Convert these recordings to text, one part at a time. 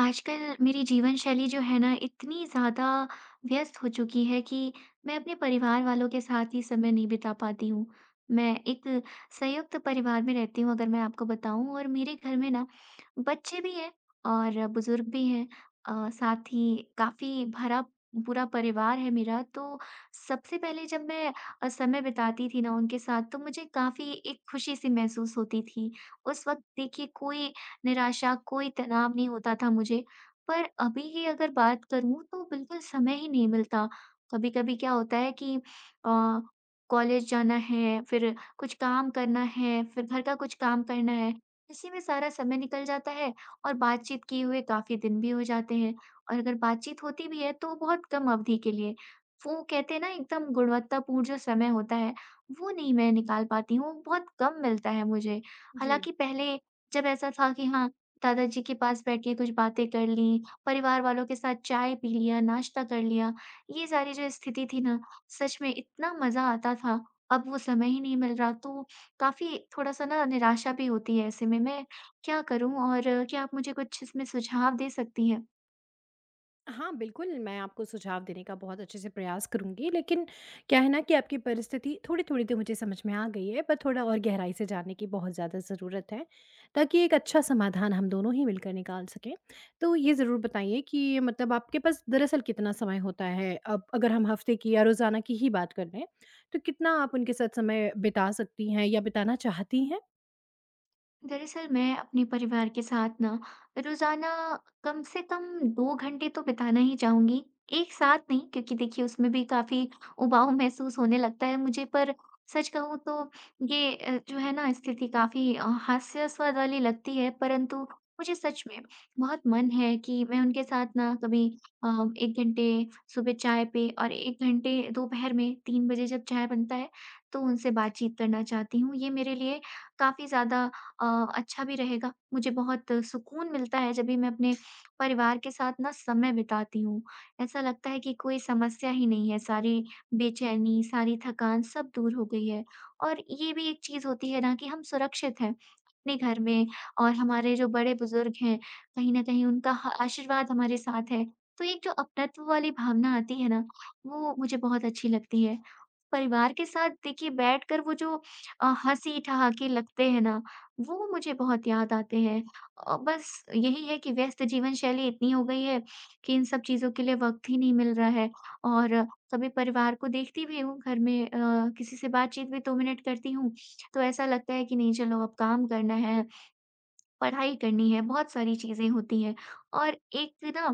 आजकल मेरी जीवन शैली जो है ना इतनी ज़्यादा व्यस्त हो चुकी है कि मैं अपने परिवार वालों के साथ ही समय नहीं बिता पाती हूँ। मैं एक संयुक्त परिवार में रहती हूँ अगर मैं आपको बताऊँ, और मेरे घर में ना बच्चे भी हैं और बुज़ुर्ग भी हैं। साथ ही काफ़ी भरा पूरा परिवार है मेरा, तो सबसे पहले जब मैं समय बिताती थी ना उनके साथ, तो मुझे काफ़ी एक खुशी-सी महसूस होती थी। उस वक़्त देखिए कोई निराशा, कोई तनाव नहीं होता था मुझे। पर अभी की अगर बात करूँ तो बिल्कुल समय ही नहीं मिलता। कभी-कभी क्या होता है कि कॉलेज जाना है, फिर कुछ काम करना है, फिर घर का कुछ काम करना है। इसी में सारा समय निकल जाता है, और बातचीत किए हुए काफ़ी दिन भी हो जाते हैं, और अगर बातचीत होती भी है तो बहुत कम अवधि के लिए। वो कहते हैं ना एकदम गुणवत्तापूर्ण जो समय होता है, वो नहीं मैं निकाल पाती हूँ, बहुत कम मिलता है मुझे। जी। हालाँकि पहले जब ऐसा था कि हाँ, दादाजी के पास बैठ के कुछ बातें कर लीं, परिवार वालों के साथ चाय पी लिया, नाश्ता कर लिया, ये सारी जो स्थिति थी ना, सच में इतना मज़ा आता था। अब वो समय ही नहीं मिल रहा, तो काफ़ी थोड़ा-सा ना निराशा भी होती है ऐसे में। मैं क्या करूँ, और क्या आप मुझे कुछ इसमें सुझाव दे सकती हैं? हाँ, बिल्कुल, मैं आपको सुझाव देने का बहुत अच्छे से प्रयास करूँगी, लेकिन क्या है ना कि आपकी परिस्थिति थोड़ी-थोड़ी तो मुझे समझ में आ गई है, पर थोड़ा और गहराई से जानने की बहुत ज़्यादा ज़रूरत है, ताकि एक अच्छा समाधान हम दोनों ही मिलकर निकाल सकें। तो ये ज़रूर बताइए कि मतलब आपके पास दरअसल कितना समय होता है? अब अगर हम हफ़्ते की या रोज़ाना की ही बात कर लें, तो कितना आप उनके साथ समय बिता सकती हैं या बिताना चाहती हैं? दरअसल मैं अपने परिवार के साथ ना रोजाना कम से कम 2 घंटे तो बिताना ही चाहूंगी, एक साथ नहीं, क्योंकि देखिए उसमें भी काफी उबाऊ महसूस होने लगता है मुझे। पर सच कहूँ तो ये जो है ना स्थिति काफी हास्यास्पद वाली लगती है, परंतु मुझे सच में बहुत मन है कि मैं उनके साथ ना कभी अ, 1 घंटे सुबह चाय पे, और 1 घंटे दोपहर में 3 बजे जब चाय बनता है, तो उनसे बातचीत करना चाहती हूँ। ये मेरे लिए काफी ज्यादा अ, अच्छा भी रहेगा। मुझे बहुत सुकून मिलता है जब भी मैं अपने परिवार के साथ ना समय बिताती हूँ। ऐसा लगता है कि कोई समस्या ही नहीं है, सारी बेचैनी, सारी थकान सब दूर हो गई है। और ये भी एक चीज़ होती है ना कि हम सुरक्षित हैं अपने घर में, और हमारे जो बड़े-बुज़ुर्ग हैं, कहीं न कहीं उनका ह आशीर्वाद हमारे साथ है। तो एक जो अपनत्व वाली भावना आती है ना, वो मुझे बहुत अच्छी लगती है। परिवार के साथ देखिए बैठकर वो जो हँसी-ठहाके लगते हैं ना, वो मुझे बहुत याद आते हैं। बस यही है कि व्यस्त जीवन शैली इतनी हो गई है कि इन सब चीज़ों के लिए वक़्त ही नहीं मिल रहा है, और कभी परिवार को देखती भी हूँ, घर में किसी से बातचीत भी 2 मिनट करती हूँ, तो ऐसा लगता है कि नहीं, चलो अब काम करना है, पढ़ाई करनी है, बहुत सारी चीज़ें होती हैं। और एक ना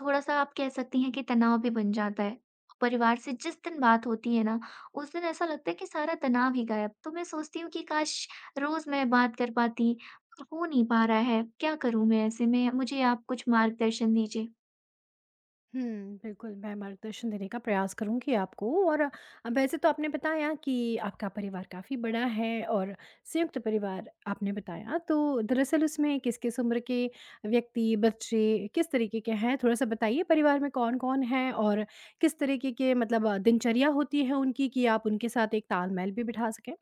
थोड़ा-सा आप कह सकती हैं कि तनाव भी बन जाता है। परिवार से जिस दिन बात होती है ना, उस दिन ऐसा लगता है कि सारा तनाव ही गायब। तो मैं सोचती हूँ कि काश रोज़ मैं बात कर पाती, पर हो नहीं पा रहा है, क्या करूँ मैं ऐसे में? मुझे आप कुछ मार्गदर्शन दीजिए। हुँ, बिल्कुल, मैं मार्गदर्शन देने का प्रयास करूँगी आपको और वैसे तो आपने बताया कि आपका परिवार काफ़ी बड़ा है और संयुक्त परिवार आपने बताया, तो दरअसल उसमें किस-किस उम्र के व्यक्ति, बच्चे किस तरीके के हैं? थोड़ा-सा बताइए परिवार में कौन-कौन है और किस तरीके के मतलब दिनचर्या होती है उनकी कि आप उनके साथ एक तालमेल भी बिठा सकें?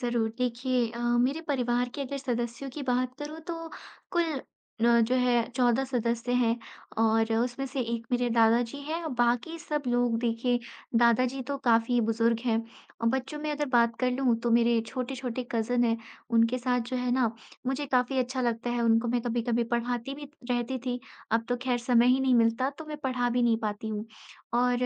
ज़रूर। देखिए मेरे परिवार के अगर सदस्यों की बात करूँ तो कुल जो है 14 सदस्य हैं, और उसमें से एक मेरे दादाजी हैं और बाकी सब लोग देखिए, दादाजी तो काफ़ी बुज़ुर्ग हैं। और बच्चों में अगर बात कर लूँ तो मेरे छोटे-छोटे कज़िन हैं, उनके साथ जो है ना मुझे काफ़ी अच्छा लगता है, उनको मैं कभी-कभी पढ़ाती भी रहती थी। अब तो ख़ैर समय ही नहीं मिलता, तो मैं पढ़ा भी नहीं पाती हूँ। और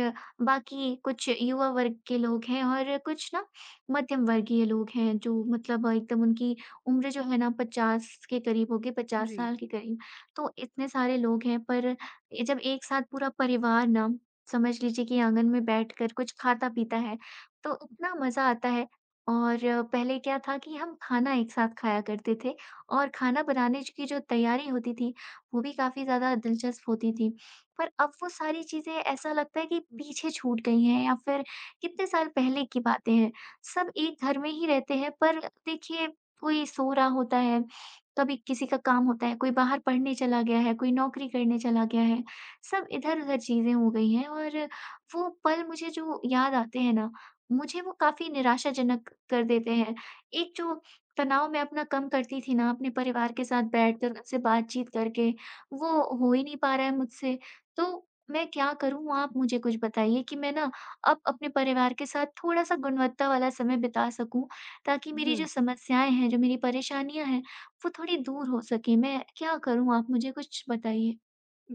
बाकी कुछ युवा वर्ग के लोग हैं, और कुछ ना मध्यम वर्गीय लोग हैं, जो मतलब एकदम उनकी उम्र जो है ना 50 के करीब होगी, 50 जी। साल के करीब। तो इतने सारे लोग हैं, पर ए जब एक साथ पूरा परिवार ना समझ लीजिए कि आँगन में बैठकर कुछ खाता-पीता है, तो इतना मज़ा आता है। और पहले क्या था कि हम खाना एक साथ खाया करते थे, और खाना बनाने ज की जो तैयारी होती थी, वो भी काफ़ी ज़्यादा दिलचस्प होती थी। पर अब वो सारी चीज़ें ऐसा लगता है कि पीछे छूट गई हैं, या फिर कितने साल पहले की बातें हैं। सब एक घर में ही रहते हैं, पर देखिए कोई सो रहा होता है, कभी किसी का काम होता है, कोई बाहर पढ़ने चला गया है, कोई नौकरी करने चला गया है, सब इधर-उधर चीज़ें हो गई हैं, और वो पल मुझे जो याद आते हैं ना, मुझे वो काफ़ी निराशाजनक कर देते हैं। एक जो तनाव मैं अपना कम करती थी ना अपने परिवार के साथ बैठकर उनसे बातचीत करके, वो हो ही नहीं पा रहा है मुझसे। तो मैं क्या करूँ? आप मुझे कुछ बताइए कि मैं ना अब अपने परिवार के साथ थोड़ा-सा गुणवत्ता वाला समय बिता सकूँ, ताकि मेरी जो समस्याएँ हैं, जो मेरी परेशानियाँ हैं, वो थोड़ी दूर हो सकें। मैं क्या करूँ, आप मुझे कुछ बताइए?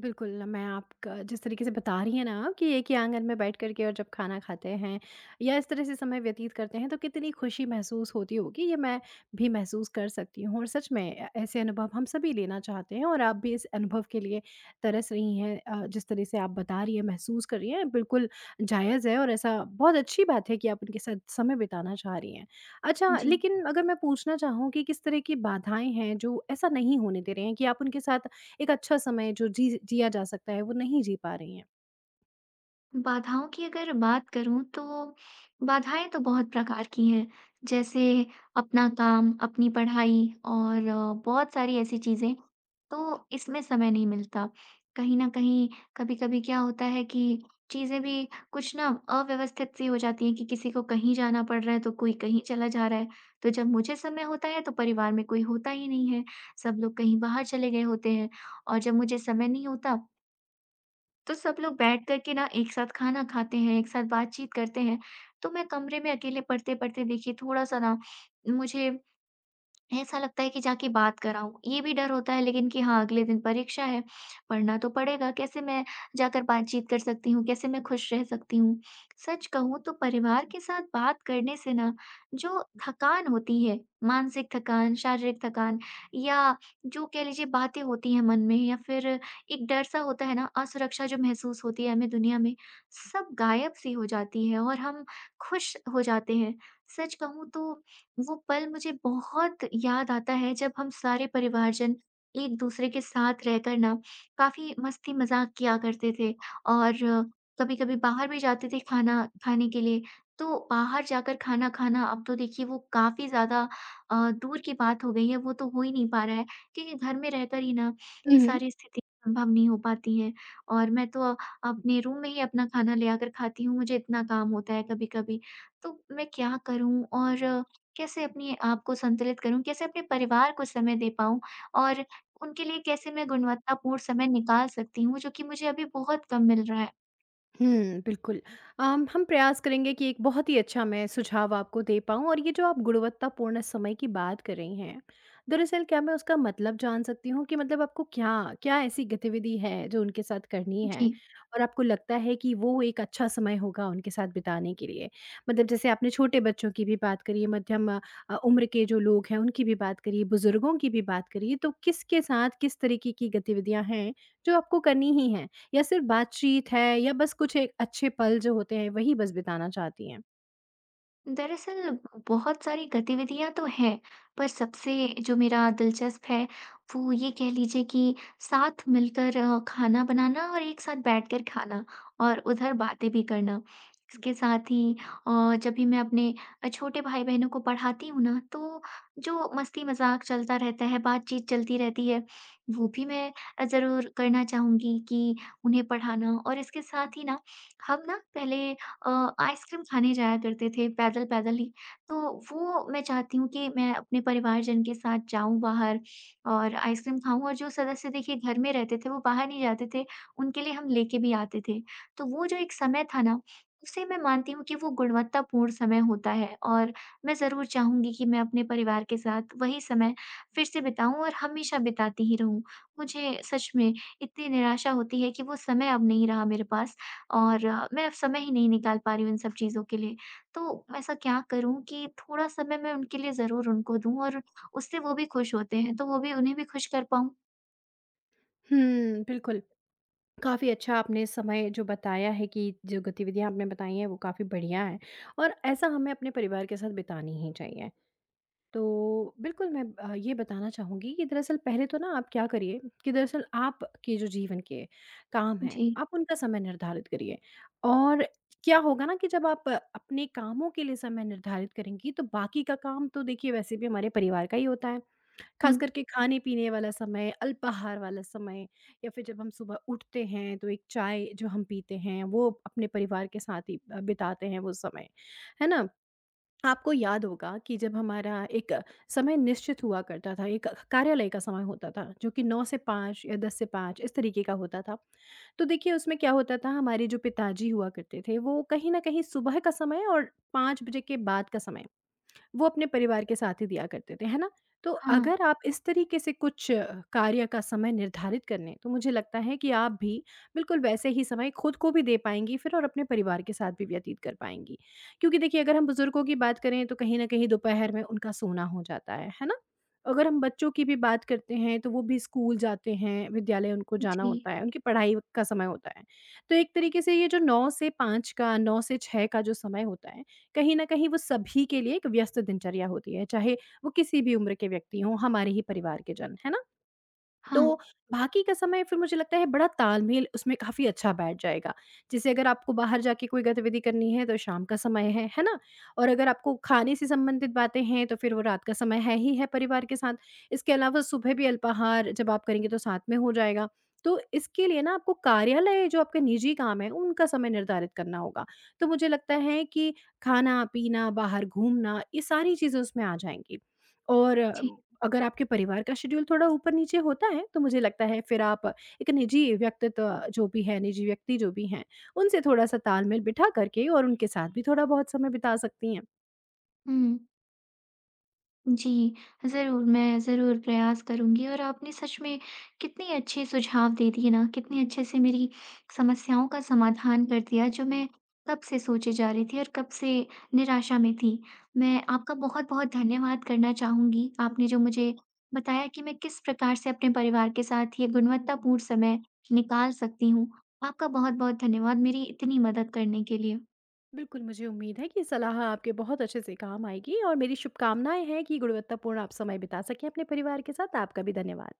बिल्कुल, मैं आपका जिस तरीके से बता रही हैं ना आप कि एक ही आँगन में बैठ कर के और जब खाना खाते हैं या इस तरह से समय व्यतीत करते हैं, तो कितनी खुशी महसूस होती होगी, ये मैं भी महसूस कर सकती हूँ। और सच में ए ऐसे अनुभव हम सभी लेना चाहते हैं और आप भी इस अनुभव के लिए तरस रही हैं। जिस तरह से आप बता रही हैं, महसूस कर रही हैं, बिल्कुल जायज़ है और ऐसा बहुत अच्छी बात है कि आप उनके साथ समय बिताना चाह रही हैं। अच्छा, जी। लेकिन अगर मैं पूछना चाहूँ कि किस तरह की बाधाएँ हैं, जो ऐसा नहीं होने दे रहे हैं कि आप उनके साथ एक अच्छा समय जो जी जिया जा सकता है, वो नहीं जी पा रही हैं। बाधाओं की अगर बात करूँ, तो बाधाएँ तो बहुत प्रकार की हैं। जैसे अपना काम, अपनी पढ़ाई और बहुत सारी ऐसी चीज़ें, तो इसमें समय नहीं मिलता। कहीं न कहीं कभी-कभी क्या होता है कि चीज़ें भी कुछ ना अव्यवस्थित सी हो जाती हैं, कि किसी को कहीं जाना पड़ रहा है तो कोई कहीं चला जा रहा है। तो जब मुझे समय होता है तो परिवार में कोई होता ही नहीं है, सब लोग कहीं बाहर चले गए होते हैं, और जब मुझे समय नहीं होता, तो सब लोग बैठ कर के ना एक साथ खाना खाते हैं, एक साथ बातचीत करते हैं। तो मैं कमरे में अकेले पढ़ते-पढ़ते देखिए थोड़ा-सा ना मुझे ऐसा लगता है कि जाके बात कराऊँ, ये भी डर होता है, लेकिन कि हाँ, अगले दिन परीक्षा है, पढ़ना तो पड़ेगा, कैसे मैं जाकर बातचीत कर सकती हूँ, कैसे मैं खुश रह सकती हूँ? सच कहूँ तो परिवार के साथ बात करने से ना, जो थकान होती है, मानसिक थकान, शारीरिक थकान, या जो कह लीजिए बातें होती हैं मन में, या फिर एक डर-सा होता है ना, असुरक्षा जो महसूस होती है हमें दुनिया में, सब गायब-सी हो जाती है, और हम खुश हो जाते हैं। सच कहूँ तो वो पल मुझे बहुत याद आता है जब हम सारे परिवारजन एक दूसरे के साथ रहकर ना काफ़ी मस्ती मज़ाक किया करते थे, और कभी-कभी बाहर भी जाते थे खाना खाने के लिए, तो बाहर जाकर खाना खाना अब तो देखिए वो काफ़ी ज़्यादा दूर की बात हो गई है, वो तो हो ही नहीं पा रहा है, क्योंकि घर में रहकर ही ना ये हुँ, हुँ। सारी स्थिति संभव नहीं हो पाती है, और मैं तो अपने रूम में ही अपना खाना ले आकर खाती हूँ, मुझे इतना काम होता है कभी-कभी। तो मैं क्या करूँ, और कैसे अपने आप को संतुलित करूँ? कैसे अपने परिवार को समय दे पाऊँ? और उनके लिए कैसे मैं गुणवत्तापूर्ण समय निकाल सकती हूँ, जो कि मुझे अभी बहुत कम मिल रहा है? हुँ, बिल्कुल। हम प्रयास करेंगे कि एक बहुत ही अच्छा मैं सुझाव आपको दे पाऊँ और ये जो आप गुणवत्तापूर्ण समय की बात कर रही हैं, दरअसल क्या मैं उसका मतलब जान सकती हूँ कि मतलब आपको क्या क्या ऐसी गतिविधि है जो उनके साथ करनी है जी। और आपको लगता है कि वो एक अच्छा समय होगा उनके साथ बिताने के लिए? मतलब जैसे आपने छोटे बच्चों की भी बात करी है, मध्यम उम्र के जो लोग हैं उनकी भी बात करी है, बुज़ुर्गों की भी बात करी है, तो किसके साथ किस तरीके की गतिविधियाँ हैं जो आपको करनी ही हैं? या सिर्फ बातचीत है या बस कुछ एक अच्छे पल जो होते हैं वही बस बिताना चाहती हैं? दरअसल बहुत सारी गतिविधियां तो हैं, पर सबसे जो मेरा दिलचस्प है वो ये कह लीजिए कि साथ मिलकर खाना बनाना और एक साथ बैठकर खाना, और उधर बातें भी करना। इसके साथ ही जब भी मैं अपने छोटे भाई बहनों को पढ़ाती हूँ ना, तो जो मस्ती मजाक चलता रहता है, बातचीत चलती रहती है, वो भी मैं जरूर करना चाहूंगी, कि उन्हें पढ़ाना। और इसके साथ ही ना हम ना पहले अ, आइसक्रीम खाने जाया करते थे पैदल-पैदल ही। तो वो मैं चाहती हूँ कि मैं अपने परिवारजन के साथ जाऊँ बाहर और आइसक्रीम खाऊँ, और जो सदस्य देखिए घर में रहते थे, वो बाहर नहीं जाते थे, उनके लिए हम लेके भी आते थे। तो वो जो एक समय था ना, उसे मैं मानती हूँ कि वो गुणवत्तापूर्ण समय होता है, और मैं ज़रूर चाहूँगी कि मैं अपने परिवार के साथ वही समय फिर से बिताऊँ, और हमेशा बिताती ही रहूँ। मुझे सच में इतनी निराशा होती है कि वो समय अब नहीं रहा मेरे पास। और मैं अब समय ही नहीं निकाल पा रही हूँ इन सब चीज़ों के लिए। तो ऐसा क्या करूँ कि थोड़ा समय मैं उनके लिए ज़रूर उनको दूँ, और उससे वो भी खुश होते हैं, तो वो भी, उन्हें भी खुश कर पाऊँ? हुँ, बिल्कुल। काफ़ी अच्छा आपने समय जो बताया है कि जो गतिविधियाँ आपने बताई हैं वो काफ़ी बढ़िया हैं और ऐसा हमें अपने परिवार के साथ बितानी ही चाहिए। तो बिल्कुल मैं ये बताना चाहूँगी कि दरअसल पहले तो ना आप क्या करिए कि दरअसल आपके जो जीवन के काम हैं, जी। आप उनका समय निर्धारित करिए। और क्या होगा ना कि जब आप अपने कामों के लिए समय निर्धारित करेंगी, तो बाकी का काम तो देखिए वैसे भी हमारे परिवार का ही होता है। हुँ। ख़ास करके खाने-पीने वाला समय, अल्पाहार वाला समय या फिर जब हम सुबह उठते हैं तो एक चाय जो हम पीते हैं, वो अपने परिवार के साथ ही बिताते हैं वो समय। है ना? आपको याद होगा कि जब हमारा एक समय निश्चित हुआ करता था, एक कार्यालय का समय होता था, जो कि 9 से 5 या 10 से 5 इस तरीके का होता था। तो देखिए उसमें क्या होता था हमारे जो पिताजी हुआ करते थे, वो कहीं न कहीं सुबह का समय और 5 बजे के बाद का समय वो अपने परिवार के साथ ही दिया करते थे, है ना? तो हाँ। अगर आप इस तरीके से कुछ कार्य का समय निर्धारित कर लें, तो मुझे लगता है कि आप भी बिल्कुल वैसे ही समय खुद को भी दे पाएँगी फिर और अपने परिवार के साथ भी व्यतीत कर पाएँगी। क्योंकि देखिए अगर हम बुज़ुर्गों की बात करें तो कहीं न कहीं दोपहर में उनका सोना हो जाता है ना? अगर हम बच्चों की भी बात करते हैं तो वो भी स्कूल जाते हैं, विद्यालय उनको जाना जी। होता है, उनकी पढ़ाई का समय होता है। तो एक तरीके से ये जो 9 से 5 का, 9 से 6 का जो समय होता है कहीं न कहीं वो सभी के लिए एक व्यस्त दिनचर्या होती है, चाहे वो किसी भी उम्र के व्यक्ति हों, हमारे ही परिवार के जन, है ना? तो हाँ। बाकी का समय फिर मुझे लगता है बड़ा तालमेल उसमें काफ़ी अच्छा बैठ जाएगा। जैसे अगर आपको बाहर जाके कोई गतिविधि करनी है तो शाम का समय है ना? और अगर आपको खाने से संबंधित बातें हैं तो फिर वो रात का समय है ही है परिवार के साथ। इसके अलावा सुबह भी अल्पाहार जब आप करेंगे तो साथ में हो जाएगा। तो इसके लिए ना आपको कार्यालय जो आपके निजी काम हैं उनका समय निर्धारित करना होगा। तो मुझे लगता है कि खाना-पीना, बाहर घूमना ये सारी चीज़ें उसमें आ जाएँगी। और जी। अगर आपके परिवार का शेड्यूल थोड़ा ऊपर-नीचे होता है, तो मुझे लगता है फिर आप एक निजी व्यक्तित्व जो भी है, निजी व्यक्ति जो भी हैं, उनसे थोड़ा-सा तालमेल बिठा करके और उनके साथ भी थोड़ा बहुत समय बिता सकती हैं। हुँ। जी, ज़रूर, मैं ज़रूर प्रयास करूँगी। और आपने सच में कितने अच्छे सुझाव दे दिए ना, कितने अच्छे से मेरी समस्याओं का समाधान कर दिया, जो मैं कब से सोचे जा रही थी और कब से निराशा में थी। मैं आपका बहुत-बहुत धन्यवाद करना चाहूँगी, आपने जो मुझे बताया कि मैं किस प्रकार से अपने परिवार के साथ ये गुणवत्तापूर्ण समय निकाल सकती हूँ। आपका बहुत-बहुत धन्यवाद मेरी इतनी मदद करने के लिए। बिल्कुल, मुझे उम्मीद है कि ये सलाह आपके बहुत अच्छे से काम आएगी और मेरी शुभकामनाएँ हैं कि गुणवत्तापूर्ण आप समय बिता सकें अपने परिवार के साथ। आपका भी धन्यवाद।